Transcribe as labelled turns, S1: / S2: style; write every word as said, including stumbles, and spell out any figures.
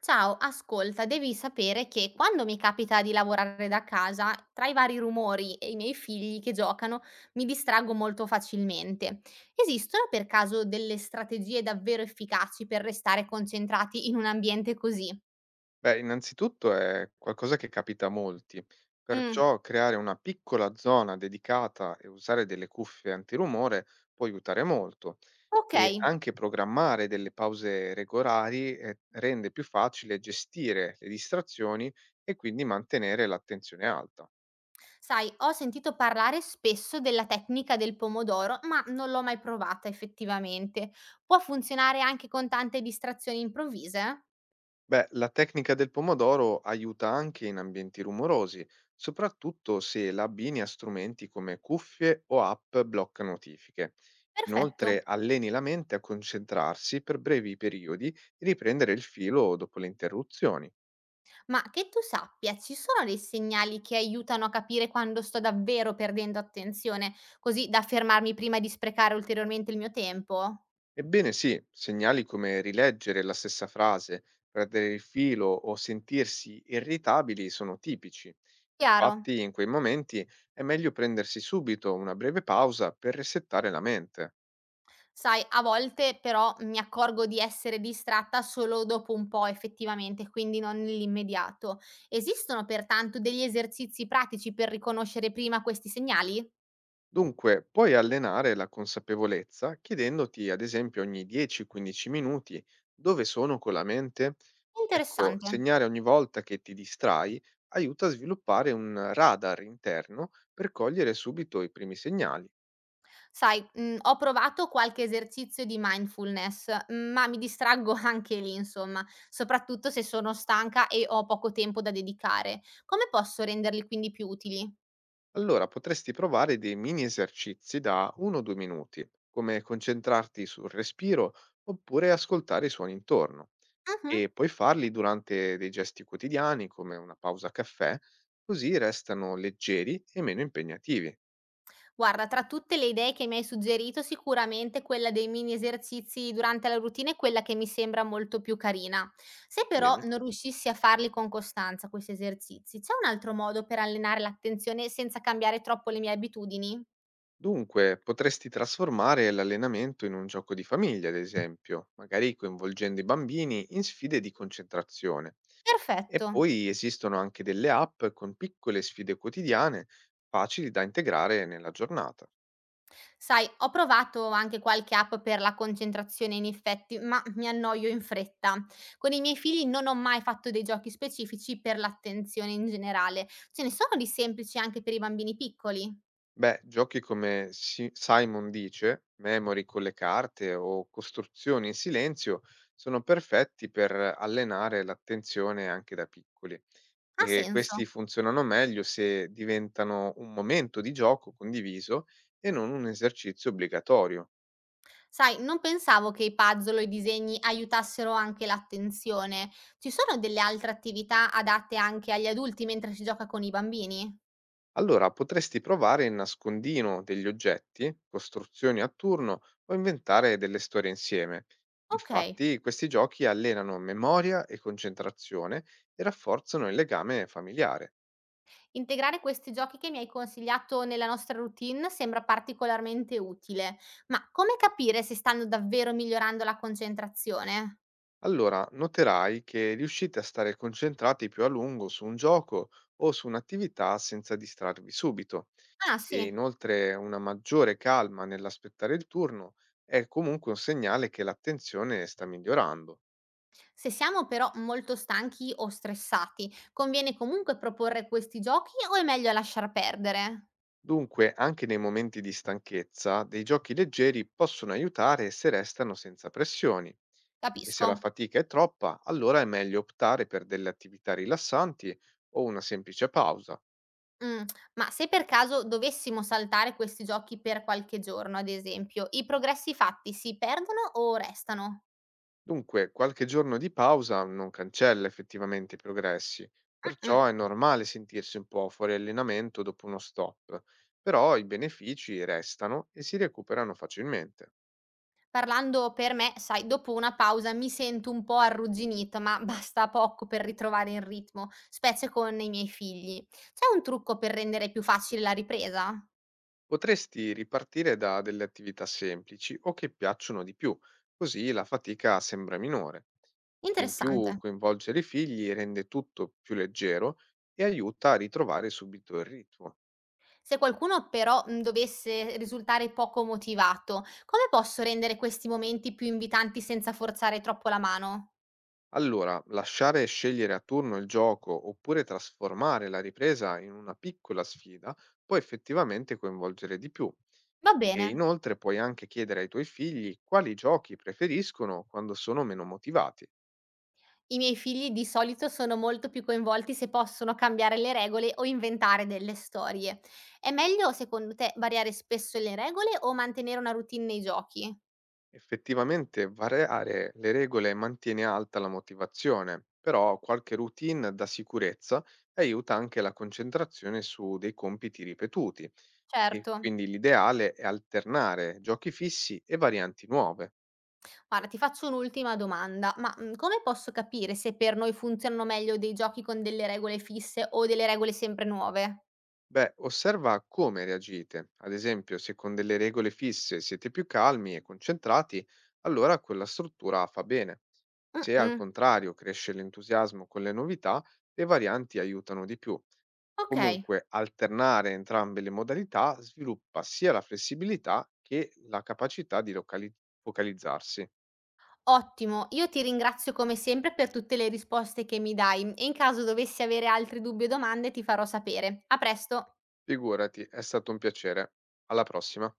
S1: Ciao, ascolta, devi sapere che quando mi capita di lavorare da casa, tra i vari rumori e i miei figli che giocano, mi distraggo molto facilmente. Esistono per caso delle strategie davvero efficaci per restare concentrati in un ambiente così?
S2: Beh, innanzitutto è qualcosa che capita a molti,
S1: Mm,
S2: perciò creare una piccola zona dedicata e usare delle cuffie antirumore può aiutare molto
S1: ok.
S2: e anche programmare delle pause regolari eh, rende più facile gestire le distrazioni e quindi mantenere l'attenzione alta.
S1: Sai, ho sentito parlare spesso della tecnica del pomodoro, ma non l'ho mai provata effettivamente. Può funzionare anche con tante distrazioni improvvise?
S2: Beh, la tecnica del pomodoro aiuta anche in ambienti rumorosi, soprattutto se la abbini a strumenti come cuffie o app blocca notifiche.
S1: Perfetto.
S2: Inoltre, alleni la mente a concentrarsi per brevi periodi e riprendere il filo dopo le interruzioni.
S1: Ma che tu sappia, ci sono dei segnali che aiutano a capire quando sto davvero perdendo attenzione, così da fermarmi prima di sprecare ulteriormente il mio tempo?
S2: Ebbene sì, segnali come rileggere la stessa frase, perdere il filo o sentirsi irritabili sono tipici.
S1: Chiaro?
S2: Infatti, in quei momenti è meglio prendersi subito una breve pausa per resettare la mente.
S1: Sai, a volte però mi accorgo di essere distratta solo dopo un po' effettivamente, quindi non nell'immediato. Esistono pertanto degli esercizi pratici per riconoscere prima questi segnali?
S2: Dunque, puoi allenare la consapevolezza chiedendoti, ad esempio, ogni dieci quindici minuti dove sono con la mente. Ecco,
S1: Interessante.
S2: segnare ogni volta che ti distrai aiuta a sviluppare un radar interno per cogliere subito i primi segnali.
S1: Sai, mhmm, ho provato qualche esercizio di mindfulness, mh, ma mi distraggo anche lì insomma, soprattutto se sono stanca e ho poco tempo da dedicare. Come posso renderli quindi più utili?
S2: Allora potresti provare dei mini esercizi da uno due minuti, come concentrarti sul respiro oppure ascoltare i suoni intorno.
S1: Mh-mh.
S2: E puoi farli durante dei gesti quotidiani, come una pausa caffè, così restano leggeri e meno impegnativi.
S1: Guarda, tra tutte le idee che mi hai suggerito, sicuramente quella dei mini esercizi durante la routine è quella che mi sembra molto più carina. Se però
S2: Bene.
S1: non riuscissi a farli con costanza questi esercizi, c'è un altro modo per allenare l'attenzione senza cambiare troppo le mie abitudini?
S2: Dunque, potresti trasformare l'allenamento in un gioco di famiglia, ad esempio, magari coinvolgendo i bambini in sfide di concentrazione. E
S1: Perfetto.
S2: poi esistono anche delle app con piccole sfide quotidiane facili da integrare nella giornata.
S1: Sai, ho provato anche qualche app per la concentrazione in effetti, ma mi annoio in fretta. Con i miei figli non ho mai fatto dei giochi specifici per l'attenzione in generale. Ce ne sono di semplici anche per i bambini piccoli?
S2: Beh, giochi come Si- Simon dice, Memory con le carte o Costruzioni in silenzio sono perfetti per allenare l'attenzione anche da piccoli
S1: Ha
S2: e
S1: senso.
S2: questi funzionano meglio se diventano un momento di gioco condiviso e non un esercizio obbligatorio.
S1: Sai, non pensavo che i puzzle o i disegni aiutassero anche l'attenzione. Ci sono delle altre attività adatte anche agli adulti mentre si gioca con i bambini?
S2: Allora, potresti provare il nascondino degli oggetti, costruzioni a turno o inventare delle storie insieme.
S1: Ok.
S2: Infatti, questi giochi allenano memoria e concentrazione e rafforzano il legame familiare.
S1: Integrare questi giochi che mi hai consigliato nella nostra routine sembra particolarmente utile, ma come capire se stanno davvero migliorando la concentrazione?
S2: Allora, noterai che riuscite a stare concentrati più a lungo su un gioco o su un'attività senza distrarvi subito
S1: Ah sì,
S2: e inoltre una maggiore calma nell'aspettare il turno è comunque un segnale che l'attenzione sta migliorando.
S1: se siamo però molto stanchi o stressati, conviene comunque proporre questi giochi o è meglio lasciar perdere?
S2: Dunque, anche nei momenti di stanchezza, dei giochi leggeri possono aiutare se restano senza pressioni. E se la
S1: Capisco.
S2: fatica è troppa, allora è meglio optare per delle attività rilassanti o una semplice pausa.
S1: Mm. Ma se per caso dovessimo saltare questi giochi per qualche giorno, ad esempio, i progressi fatti si perdono o restano?
S2: Dunque, qualche giorno di pausa non cancella effettivamente i progressi,
S1: Mm, mm.
S2: perciò è normale sentirsi un po' fuori allenamento dopo uno stop, però i benefici restano e si recuperano facilmente.
S1: Parlando per me, sai, dopo una pausa mi sento un po' arrugginita, ma basta poco per ritrovare il ritmo, specie con i miei figli. C'è un trucco per rendere più facile la ripresa?
S2: Potresti ripartire da delle attività semplici o che piacciono di più, così la fatica sembra minore. E in
S1: Interessante.
S2: più coinvolgere i figli rende tutto più leggero e aiuta a ritrovare subito il ritmo.
S1: Se qualcuno però mm, dovesse risultare poco motivato, come posso rendere questi momenti più invitanti senza forzare troppo la mano?
S2: Allora, lasciare scegliere a turno il gioco oppure trasformare la ripresa in una piccola sfida può effettivamente coinvolgere di più.
S1: Va
S2: E
S1: bene.
S2: inoltre puoi anche chiedere ai tuoi figli quali giochi preferiscono quando sono meno motivati.
S1: I miei figli di solito sono molto più coinvolti se possono cambiare le regole o inventare delle storie. È meglio, secondo te, variare spesso le regole o mantenere una routine nei giochi?
S2: Effettivamente variare le regole mantiene alta la motivazione, però qualche routine da sicurezza aiuta anche la concentrazione su dei compiti ripetuti e
S1: Certo.
S2: quindi l'ideale è alternare giochi fissi e varianti nuove.
S1: Guarda, ti faccio un'ultima domanda, ma mm, come posso capire se per noi funzionano meglio dei giochi con delle regole fisse o delle regole sempre nuove?
S2: Beh, osserva come reagite. Ad esempio, se con delle regole fisse siete più calmi e concentrati, allora quella struttura fa bene.
S1: Mm,
S2: Se al
S1: mm.
S2: contrario cresce l'entusiasmo con le novità, le varianti aiutano di più.
S1: Ok.
S2: Comunque, alternare entrambe le modalità sviluppa sia la flessibilità che la capacità di locali- focalizzarsi.
S1: Ottimo, io ti ringrazio come sempre per tutte le risposte che mi dai e in caso dovessi avere altri dubbi o domande ti farò sapere. A presto!
S2: Figurati, è stato un piacere. Alla prossima.